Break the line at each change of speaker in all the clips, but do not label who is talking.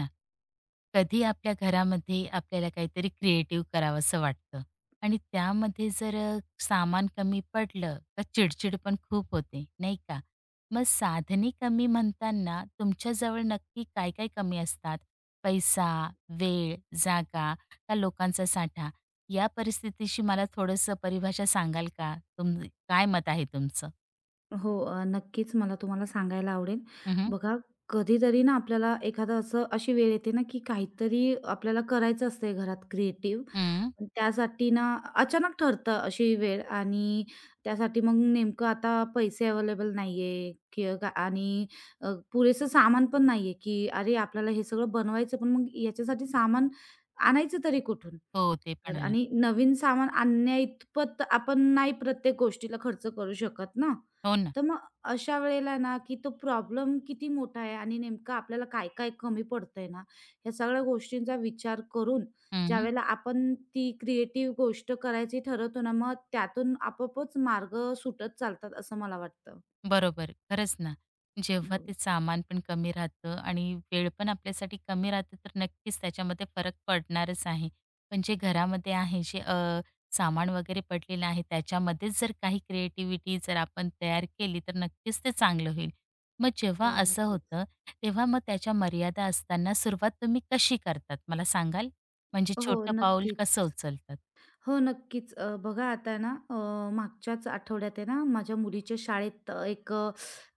ना. कधी आपल्या घरामध्ये आपल्याला काहीतरी क्रिएटिव्ह करावंसं वाटतं आणि त्यामध्ये जर सामान कमी पडलं तर चिडचिड पण खूप होते, नाही का? मग साधने कमी म्हणताना तुमच्याजवळ नक्की काय काय कमी असतात? पैसा, वेळ, जागा का लोकांचा साठा? या परिस्थितीशी मला थोडंसं परिभाषा सांगाल का? काय मत आहे तुमचं?
हो, नक्कीच मला तुम्हाला सांगायला आवडेल.
हं, हं.
बघा, कधीतरी ना आपल्याला एखादा असं अशी वेळ येते ना, की काहीतरी आपल्याला करायचं असतंय घरात क्रिएटिव्ह. पण त्यासाठी ना अचानक ठरतं अशी वेळ आणि त्यासाठी मग नेमकं आता पैसे अवेलेबल नाहीये आणि पुरेसं सामान पण नाहीये, की अरे आपल्याला हे सगळं बनवायचं, पण मग याच्यासाठी सामान आणायचं तरी कुठून?
हो, ते
तर
पण आहे.
आणि नवीन सामान आणण्याइतपत आपण नाही प्रत्येक गोष्टीला खर्च करू शकत ना.
हो ना.
तर मग अशा वेळेला ना, की तो प्रॉब्लेम किती मोठा आहे आणि नेमकं आपल्याला काय-काय कमी पडतंय ना, ह्या सगळ्या गोष्टींचा विचार करून ज्यावेळेला आपण ती क्रिएटिव्ह गोष्ट करायची ठरवतो ना, मग त्यातून आपोआपच मार्ग सुटत चालतात असं मला वाटतं.
बरोबर, खरंच ना. जेव्हा
हो.
ते सामान पण कमी राहतं आणि वेळ पण आपल्यासाठी कमी राहतं, तर नक्कीच त्याच्यामध्ये फरक पडणारच आहे. पण जे घरामध्ये आहे, जे सामान वगैरे पडलेलं आहे, त्याच्यामध्येच जर काही क्रिएटिव्हिटी जर आपण तयार केली, तर नक्कीच ते चांगलं होईल. मग
हो,
जेव्हा असं
नक्कीच.
होतं, तेव्हा मग त्याच्या मर्यादा असताना सुरुवात तुम्ही कशी करतात, मला सांगाल? म्हणजे
हो,
छोटं पाऊल
नक्कीच.
कसं उचलतात?
हो, नक्कीच. बघा आता ना, मागच्याच आठवड्यात आहे ना, माझ्या मुलीच्या शाळेत एक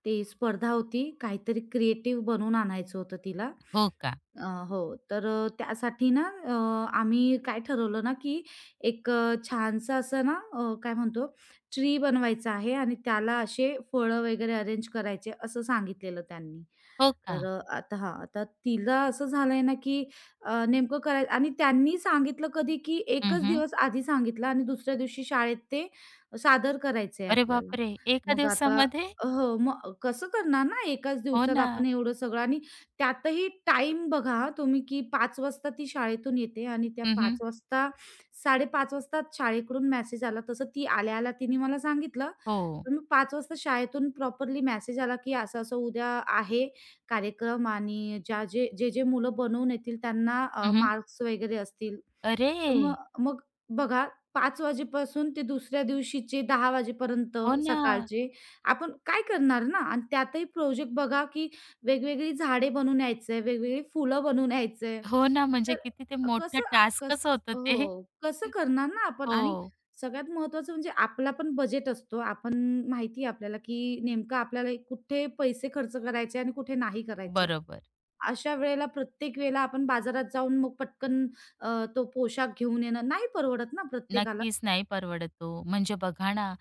ते स्पर्धा होती. काहीतरी क्रिएटिव्ह बनवून आणायचं होतं तिला.
हो का?
हो, तर त्यासाठी ना आम्ही काय ठरवलं ना, की एक छानसं असं ना काय म्हणतो ट्री बनवायचा आहे आणि त्याला असे फळं वगैरे अरेंज करायचे असं सांगितलेलं त्यांनी.
हो
तर
का?
आता हां, आता तिला असं झालंय ना, की नेमकं करायचं आणि त्यांनी सांगितलं कधी, की एकच
हं,
दिवस आधी सांगितलं आणि दुसऱ्या दिवशी शाळेत ते सादर करायचंय
अरे
आपल्याला.
बापरे! एका
मग आता
दिवसामध्ये?
हो, मग कसं करणार ना एकाच
हो
दिवसात
ना.
आपण एवढं सगळं आणि त्यातही टाईम बघा हां तुम्ही, की 5 वाजता ती शाळेतून येते आणि त्या 5
हं,
वाजता 5:30 वाजता शाळेकडून मेसेज आला. तसं ती आल्या-आल्या तिने मला सांगितलं
हो.
पण मग 5 वाजता शाळेतून प्रॉपरली मेसेज आला, की असं-असं उद्या आहे कार्यक्रम आणि ज्या जे जे-जे मुलं बनवून येतील त्यांना
हं,
मार्क्स वगैरे असतील
अरे!
तर मग मग बघा 5 वाजेपासून ते दुसऱ्या दिवशीचे 10 वाजेपर्यंत
हो ना.
सकाळचे आपण काय करणार ना आणि त्यातही प्रोजेक्ट बघा, की वेगवेगळी झाडे बनवून यायचंय, वेगवेगळी फुलं बनवून यायचंय.
हो ना, म्हणजे
तर
किती ते
अ,
मोठं
कसं आ कस
टास्कच होतं
हो,
ते.
कसं करणार ना आपण आणि
हो,
सगळ्यात महत्त्वाचं म्हणजे आपला पण बजेट असतो. आपण माहिती आहे आपल्याला, की नेमकं आपल्याला कुठे पैसे खर्च करायचे आणि कुठे नाही करायचे.
बरोबर.
अशा वेळेला प्रत्येक वेळेला आपण बाजारात जाऊन मग पटकन तो पोशाख घेऊन येणं नाही परवडत ना प्रत्येकाला.
नक्कीच नाही परवडत तो. म्हणजे बघा ना,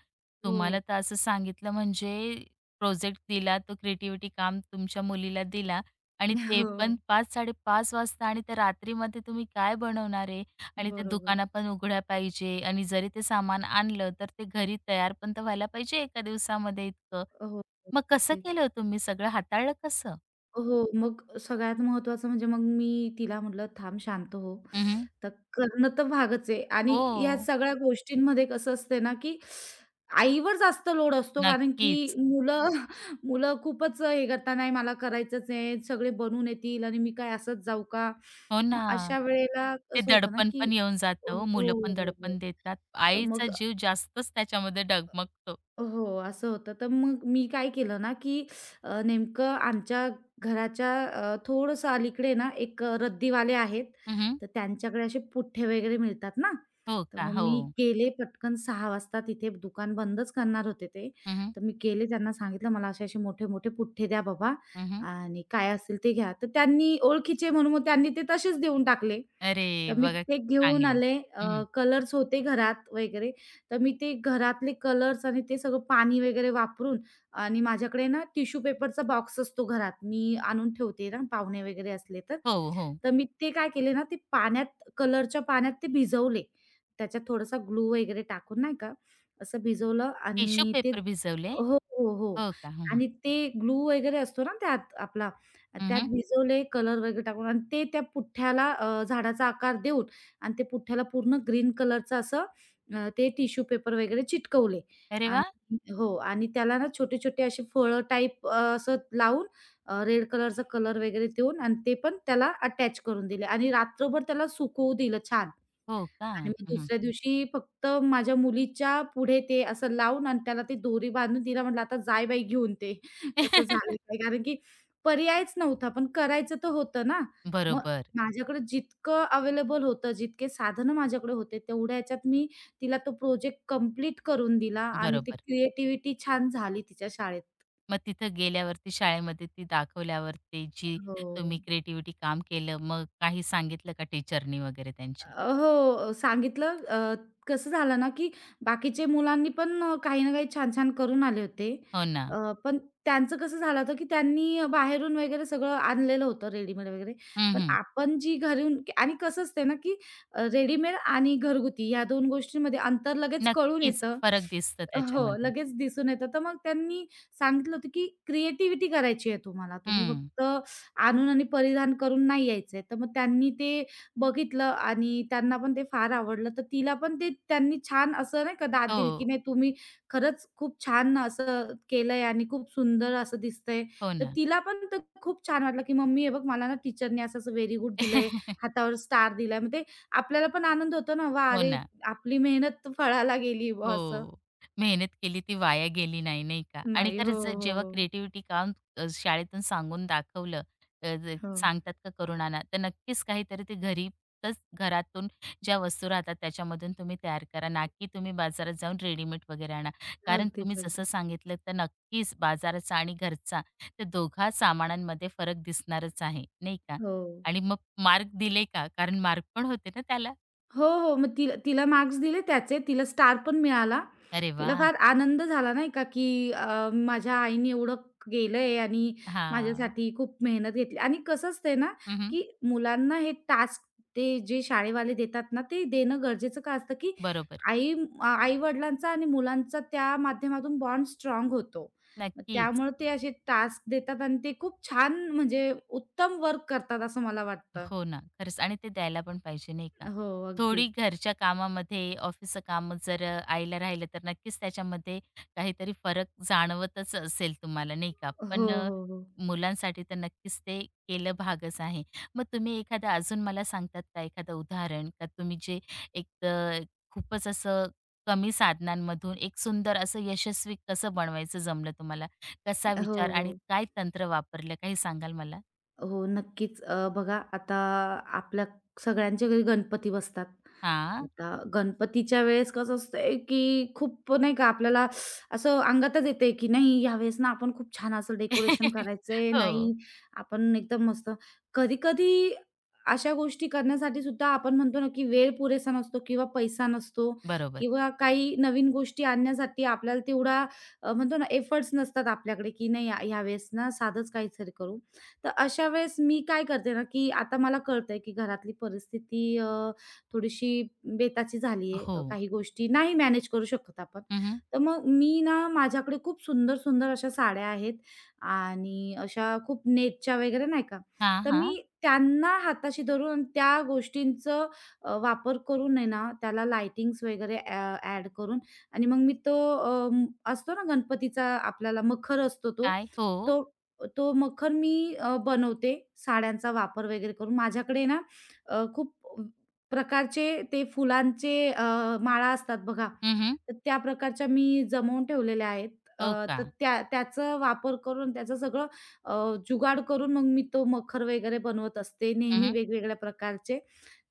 हो.
तुम्हाला तर असं सांगितलं म्हणजे प्रोजेक्ट दिला, तो क्रिएटिव्हिटी काम तुमच्या मुलीला दिला आणि ते पण
हो.
5:00-5:30 वाजता आणि त्या रात्रीमध्ये तुम्ही काय बनवणार आहे? आणि त्या
बरोबर.
दुकानं पण उघड्या पाहिजे आणि जरी ते सामान आणलं, तर ते घरी तयार पण तर व्हायला पाहिजे एका दिवसामध्ये इतकं.
हो. हो.
मग कसं
नक्कीच.
केलं हो तुम्ही? सगळं हाताळलं कसं?
हो, मग सगळ्यात महत्त्वाचं म्हणजे मग मी तिला म्हटलं, "थांब शांत हो."
हं,
तर करणं तर भागच आहे आणि ह्या
हो,
सगळ्या गोष्टींमध्ये कसं असते ना, की आईवर जास्त लोड असतो कारण की
नक्कीच.
मुलं मुलं खूपच हे करतात, "नाही मला करायचंच आहे, सगळे बनून येतील आणि मी काय असंच जाऊ का?"
हो
मग
ना.
अशा वेळेला
ते
कसं होतं ना,
दडपण
की
पण येऊन
हो,
जातं हो.
हो,
मुलं पण
हो. हो.
दडपण देतात.
तर
आईचा
मग
जीव जास्तच त्याच्यामध्ये डगमगतो.
हो, असं होतं. तर मग मी काय केलं ना, की नेमकं आमच्या घराच्या थोडंसं अलीकडे ना, एक रद्दीवाले आहेत.
हं,
तर त्यांच्याकडे असे पुठ्ठे वगैरे मिळतात ना,
हो
तर
का?
मग
हो.
मी गेले पटकन 6:00 वाजता तिथे दुकान बंदच करणार होते ते.
हं, हं.
तर मी गेले त्यांना सांगितलं, "मला असे-असे मोठे-मोठे पुठ्ठे द्या बाबा आणि काय असेल ते घ्या." तर त्यांनी ओळखीचे म्हणून मग त्यांनी ते तसेच देऊन टाकले.
अरे
तर मी
बघा
ते घेऊन
चांगलं.
आले.
हं,
अ,
हं.
कलर्स होते घरात वगैरे, तर मी ते घरातले कलर्स आणि ते सगळं पाणी वगैरे वापरून आणि माझ्याकडे ना टिश्यू पेपरचा बॉक्स असतो घरात, मी आणून ठेवते ना पाहुणे वगैरे असले तर.
हो, हो.
तर मी ते काय केले ना, ते पाण्यात कलरच्या पाण्यात ते भिजवले. त्याच्यात थोडासा ग्लू वगैरे टाकून नाही का, असं भिजवलं
टिश्यू
आणि ते
पेपर भिजवले?
हो, हो, हो.
हो का? हं, हं.
आणि ते ग्लू वगैरे असतो ना त्यात आपला, त्यात भिजवले कलर वगैरे टाकून आणि ते त्या पुठ्ठ्याला झाडाचा आकार देऊन आणि ते पुठ्ठ्याला पूर्ण ग्रीन कलरचं असं ते टिश्यू पेपर वगैरे चिटकवले
अरे
आणि
वाह!
हो आणि त्याला ना छोटे-छोटे असे फळं टाइप असं लावून रेड कलरचा कलर वगैरे देऊन आणि ते पण त्याला अटॅच करून दिले आणि रात्रभर त्याला सुकवू दिलं छान.
हो का?
आणि मग
हं, हं.
दुसऱ्या दिवशी फक्त माझ्या मुलीच्या पुढे ते असं लावून आणि त्याला ती दोरी बांधून तिला म्हटलं, "आता जाय बाई घेऊन ते." कसं झालं काय? कारण की पर्यायच नव्हता, पण करायचं तर होतं ना. मग
बरोबर,
माझ्याकडे जितकं अवेलेबल होतं, जितके साधनं माझ्याकडे होते, तेवढ्या ह्याच्यात मी तिला तो प्रोजेक्ट कंप्लीट करून दिला आणि ती
बरोबर.
क्रिएटिव्हिटी छान झाली तिच्या शाळेत.
मग तिथं गेल्यावरती शाळेमध्ये ती दाखवल्यावर ते जी
हो.
तुम्ही क्रिएटिव्हिटी काम केलं, मग काही सांगितलं का टीचरनी वगैरे त्यांच्या?
हो, सांगितलं. कसं झालं ना, की बाकीचे मुलांनी पण काही ना काही छान-छान करून आले होते.
हो ना.
पण त्यांचं कसं झालं होतं, की त्यांनी बाहेरून वगैरे सगळं आणलेलं होतं रेडीमेड वगैरे.
हं,
पण
हं.
आपण जी घरून आणि कसं असते ना, की रेडीमेड आणि घरगुती या 2 गोष्टींमध्ये अंतर लगेच कळून
नक्कीच
येतं.
फरक दिसतं
हो,
त्याच्यामध्ये.
लगेच दिसून येतं. तर मग त्यांनी सांगितलं होतं, की क्रिएटिव्हिटी करायची आहे तुम्हाला. तुम्ही
हं.
फक्त आणून आणि परिधान करून नाही यायचंय. तर मग त्यांनी ते बघितलं आणि त्यांना पण ते फार आवडलं. तर तिला पण ते त्यांनी छान असं नाही का दाद
हो.
दिली, की "नाही तुम्ही खरंच खूप छान असं केलंय आणि खूप सुंदर असं दिसतंय."
हो
तर
ना.
तिला पण तर खूप छान वाटलं, की "मम्मी हे बघ मला ना टीचरनी असं-असं व्हेरी गुड दिलंय, हातावर स्टार दिलाय." मग ते आपल्याला पण आनंद होतो ना, "वाह!
हो
अरे
ना.
आपली मेहनत फळाला गेली." बुवा असं.
हो. मेहनत केली ती वाया गेली नाही, नाही का? आणि
नाही. हो,
खरंच
हो,
जेव्हा
हो.
क्रिएटिव्हिटी काम शाळेतून सांगून दाखवलं अ, ज
हो.
सांगतात का करुणाना, तर नक्कीच काहीतरी ते घरीच घरातून ज्या वस्तू राहतात त्याच्यामधून तुम्ही तयार करा. ना की तुम्ही बाजारात जाऊन रेडीमेड वगैरे आणा. कारण तुम्ही
अगदीच,
जसं
अगदीच.
सांगितलं तर नक्कीच बाजाराचा आणि घरचा ते दोघा सामानांमध्ये फरक दिसणारच आहे, नाही का?
हो.
आणि मग मार्क दिले का? कारण मार्क पण होते ना त्याला.
हो, हो. मग तिला तिला मार्क्स दिले त्याचे. तिला स्टार पण मिळाला.
अरे
तिला
वाह!
फार आनंद झाला नाही का, की माझ्या आईने एवढं केलंय आणि
हां.
माझ्यासाठी खूप मेहनत घेतली आणि कसं असतंय ना,
हं,
की मुलांना हे टास्क ते जे शाळेवाले देतात ना, ते देणं गरजेचं का असतं, की
बरोबर.
आई आ आई-वडिलांचा आणि मुलांचा त्या माध्यमातून बॉन्ड स्ट्राँग होतो. मग
नक्कीच.
त्यामुळे ते असे टास्क देतात आणि ते खूप छान म्हणजे उत्तम वर्क करतात असं मला वाटतं.
हो ना, खरंच आणि ते द्यायला पण पाहिजे नाही का.
हो,
थोडी
अगदीच.
घरच्या कामामध्ये ऑफिसचं काम जर आईला राहिलं तर नक्कीच त्याच्यामध्ये काहीतरी फरक जाणवतच असेल तुम्हाला नाही का.
हो, हो, हो.
मुलांसाठी तर नक्कीच ते केलं भागच आहे. मग तुम्ही एखादं अजून मला सांगतात का एखादं उदाहरण का तुम्ही जे एक अ, खूपच असं कमी साधनांमधून एक सुंदर असं यशस्वी कसं बनवायचं जमलं तुम्हाला? कसा
हो,
विचार आणि
हो.
काय तंत्र वापरलं काही सांगाल मला?
हो, नक्कीच. बघा आता आपल्या सगळ्यांच्या घरी गणपती बसतात.
हां.
आता गणपतीच्या वेळेस कसं असतंय, की खूप नाही का आपल्याला असं अंगातच येतंय, की नाही यावेळेस ना आपण खूप छान असं डेकोरेशन करायचंय.
हो,
नाही आपण एकदम मस्त कधी-कधी अशा गोष्टी करण्यासाठी सुद्धा आपण म्हणतो ना, की वेळ पुरेसा नसतो किंवा पैसा नसतो
बरोबर.
किंवा काही नवीन गोष्टी आणण्यासाठी आपल्याला तेवढा म्हणतो ना एफर्ट्स नसतात आपल्याकडे, की नाही यावेळेस ना साधंच काहीतरी करू. तर अशा वेळेस मी काय करते ना, की आता मला कळतंय, की घरातली परिस्थिती थोडीशी बेताची झाली
हो.
आहे. काही गोष्टी नाही मॅनेज करू शकत आपण.
हं, हं.
तर मग मी ना, माझ्याकडे खूप सुंदर-सुंदर अशा साड्या आहेत आणि अशा खूप नेटच्या वगैरे नाही का, तर मी
हां,
त्यांना हाताशी धरून आणि त्या गोष्टींचं वापर करून आहे ना, त्याला लाइटिंग्स वगैरे ॲड करून आणि मग मी तो असतो ना गणपतीचा आपल्याला मखर असतो तो,
काय? हो.
तो तो मखर मी बनवते साड्यांचा वापर वगैरे करून. माझ्याकडे ना खूप प्रकारचे ते फुलांचे माळा असतात बघा,
हं,
तर त्या प्रकारच्या मी जमवून ठेवलेल्या आहेत. अ,
हो का?
तर त्या त्याचा वापर करून त्याचं सगळं अ, जुगाड करून मग मी तो मखर वगैरे बनवत असते नेहमी
हं,
वेगवेगळ्या प्रकारचे.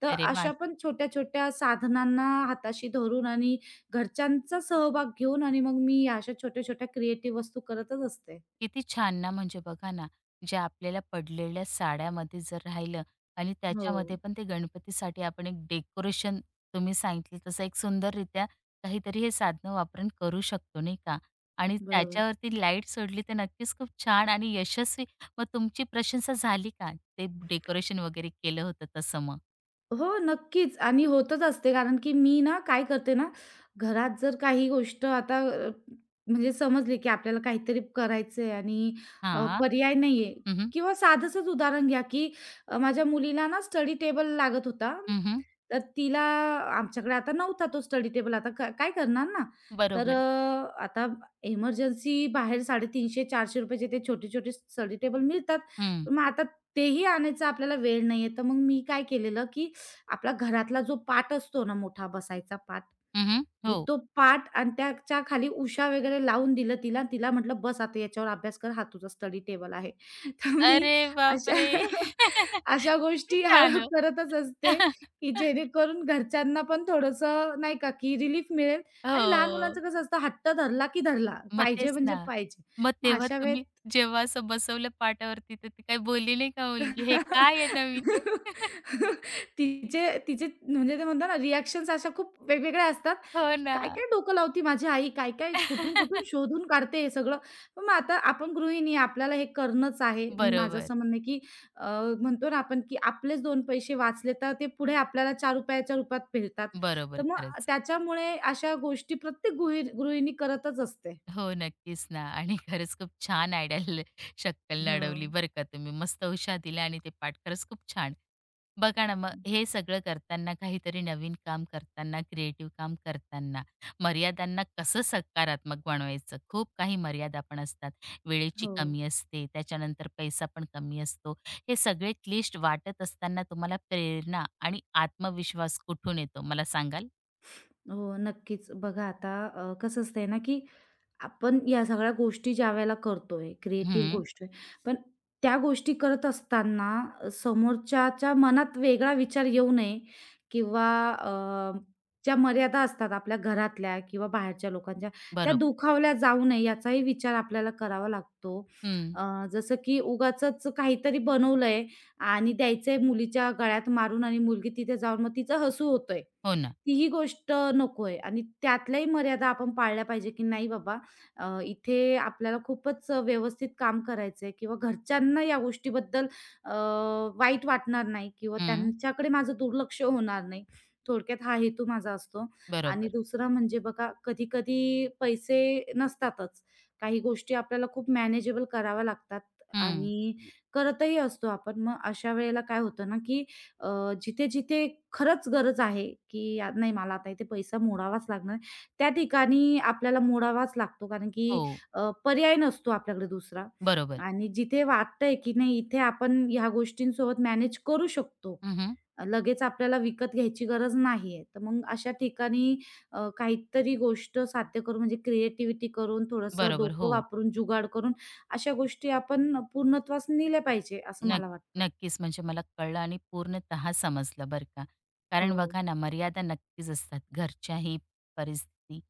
तर
अरे वाह!
अशा पण छोट्या-छोट्या साधनांना हाताशी धरून आणि घरच्यांचा सहभाग घेऊन आणि मग मी अशा छोट्या-छोट्या क्रिएटिव्ह वस्तू करतच असते.
किती छान ना, म्हणजे बघा ना, ज्या आपल्याला पडलेल्या साड्यामध्ये जर राहिलं आणि
हो,
त्याच्यामध्ये पण ते गणपतीसाठी आपण एक डेकोरेशन तुम्ही सांगितलं तसं एक सुंदररित्या काहीतरी हे साधनं वापरून करू शकतो, नाही का? आणि
बरोबर.
त्याच्यावरती लाईट सोडली तर नक्कीच खूप छान आणि यशस्वी. मग तुमची प्रशंसा झाली का? ते डेकोरेशन वगैरे केलं होतं तसं मग?
हो, नक्कीच आणि होतच असते कारण की मी ना काय करते ना, घरात जर काही गोष्ट आता म्हणजे समजली की आपल्याला काहीतरी करायचंय आणि
हां.
पर्याय नाहीये किंवा साधंसंच उदाहरण घ्या की माझ्या मुलीला ना स्टडी टेबल लागत होता.
हं,
तर तिला आमच्याकडे आता नव्हता तो स्टडी टेबल आता का काय करणार ना. तर
बरोबर.
आता इमर्जन्सी बाहेर ₹350-400 चे ते छोटे-छोटे स्टडी टेबल मिळतात.
हं.
पण मग आता तेही आणायचा आपल्याला वेळ नाहीये. तर मग मी काय केलेलं, की आपला घरातला जो पाट असतो ना मोठा बसायचा पाट
हं,
मी
हो.
तो पाट आणि त्याच्या खाली उशा वगैरे लावून दिलं तिला. तिला म्हटलं, "बस आता याच्यावर अभ्यास कर. हा तुझा स्टडी टेबल आहे." तर मी
अरे
अशा
बापरे!
अशा
किती
गोष्टी
छान
हळू
हो.
करतच असते, की जेणेकरून घरच्यांना पण थोडंसं नाही का, की रिलीफ मिळेल आणि लहान मुलांचं
हो.
कसं असतं हट्ट धरला की धरला,
मग
पाहिजे
तेच
म्हणजे
ना.
पाहिजे.
मग
मग
तेव्हा
अशा
तुम्ही
वेळेत
जेव्हा असं बसवलं पाटावरती, तर ती काही बोलली नाही का मुलगी, "हे काय आहे नवीन?"
तिचे तिचे म्हणजे ते म्हणतात ना रिएक्शन्स अशा खूप वेगवेगळ्या असतात,
हो
की
ना.
काय-काय डोकं लावती माझी आई, काय-काय, कुठून-कुठून शोधून काढते हे सगळं. पण मग आता आपण गृहिणी आहे, आपल्याला हे करणंच आहे. माझं
बरोबर,
असं म्हणणं आहे, की अ, म्हणतो ना आपण, की आपलेच दोन पैसे वाचले तर ते पुढे आपल्याला ₹4 रूपात मिळतात. तर
बरोबर.
मग
खरंच.
त्याच्यामुळे अशा गोष्टी प्रत्येक गृहिणी करतच असते.
हो, नक्कीच ना. आणि खरंच खूप छान आयडिया शक्कल
हो.
लढवली बरं का तुम्ही. मस्त उशा दिल्या आणि ते पाठ खरंच खूप छान. बघा ना, मग हे सगळं करताना, काहीतरी नवीन काम करताना, क्रिएटिव्ह काम करताना, मर्यादांना कसं सकारात्मक बनवायचं? खूप काही मर्यादा पण असतात. वेळेची
हो.
कमी असते, त्याच्यानंतर पैसा पण कमी असतो. हे सगळे क्लिष्ट वाटत असताना तुम्हाला प्रेरणा आणि आत्मविश्वास कुठून येतो, मला सांगाल?
हो, नक्कीच. बघा आता कसं असतंय ना, की आपण या सगळ्या गोष्टी ज्यावेळेला करतोय, क्रिएटिव्ह
हं,
गोष्ट आहे. पण त्या गोष्टी करत असताना समोरच्याच्या मनात वेगळा विचार येऊ नये किंवा ज्या मर्यादा असतात आपल्या घरातल्या किंवा बाहेरच्या लोकांच्या, त्या
बरोबर.
दुखावल्या जाऊ नये याचाही विचार आपल्याला करावा लागतो.
हं,
अ, जसं की उगाचच काहीतरी बनवलंय आणि द्यायचंय मुलीच्या गळ्यात मारून आणि मुलगी तिथे जाऊन मग तिचं हसू होतंय.
हो ना.
तीही गोष्ट नकोय आणि त्यातल्याही मर्यादा आपण पाळल्या पाहिजे, की नाही बाबा इथे आपल्याला खूपच व्यवस्थित काम करायचंय किंवा घरच्यांना या गोष्टीबद्दल अ, वाईट वाटणार नाही किंवा
हं,
त्यांच्याकडे माझं दुर्लक्ष होणार नाही. थोडक्यात हा हेतू माझा असतो आणि
बरोबर.
दुसरं म्हणजे बघा कधी-कधी पैसे नसतातच. काही गोष्टी आपल्याला खूप मॅनेजेबल कराव्या लागतात
हं.
आणि करतही असतो आपण. मग अशा वेळेला काय होतं ना, की अ, जिथे-जिथे खरंच गरज आहे, की "यार नाही मला आता इथे पैसा मोडावाच लागणार." त्या ठिकाणी आपल्याला मोडावाच लागतो कारण की
हो.
पर्याय नसतो आपल्याकडे दुसरा
बरोबर.
आणि जिथे वाटतंय की नाही इथे आपण ह्या गोष्टींसोबत मॅनेज करू शकतो.
हं, हं.
लगेच आपल्याला विकत घ्यायची गरज नाहीये. तर मग अशा ठिकाणी काहीतरी गोष्ट साध्य करून म्हणजे क्रिएटिव्हिटी करून, थोडंसं
बरोबर.
डोकं
हो.
वापरून, जुगाड करून अशा गोष्टी आपण पूर्णत्वास नेल्या पाहिजे असं
नक्क
मला वाटतं.
नक्कीच म्हणजे मला कळलं आणि पूर्णतः समजलं बरं का.
हो.
कारण बघा ना, मर्यादा नक्कीच असतात. घरच्याही परिस्थिती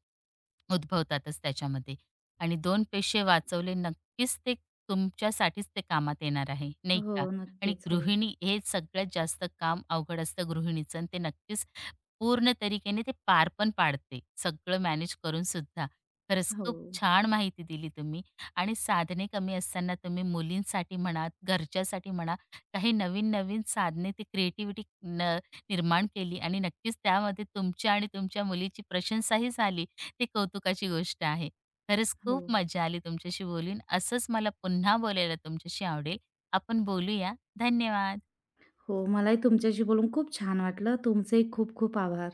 उद्भवतातच त्याच्यामध्ये आणि 2 पैसे वाचवले नक्कीच ते तुमच्यासाठीच ते कामात येणार आहे, नाही
हो,
का? आणि
नक्कीच. हो.
गृहिणी हे सगळ्यात जास्त काम अवघड असतं गृहिणीचं आणि ते नक्कीच पूर्ण तरीकेने ते पार पण पाडते, सगळं मॅनेज करून सुद्धा. खरंच
हो,
खूप छान माहिती दिली तुम्ही आणि साधने कमी असताना तुम्ही मुलींसाठी म्हणा, घरच्यासाठी म्हणा, काही नवीन-नवीन साधने ते क्रिएटिव्हिटी न निर्माण केली आणि नक्कीच त्यामध्ये तुमची आणि तुमच्या मुलीची प्रशंसाही झाली. ती कौतुकाची गोष्ट आहे. खरंच
हो,
खूप मजा आली तुमच्याशी बोलून. असंच मला पुन्हा बोलायला तुमच्याशी आवडेल. आपण बोलूया. धन्यवाद.
हो. मलाही तुमच्याशी बोलून खूप छान वाटलं. तुमचेही खूप खूप आभार.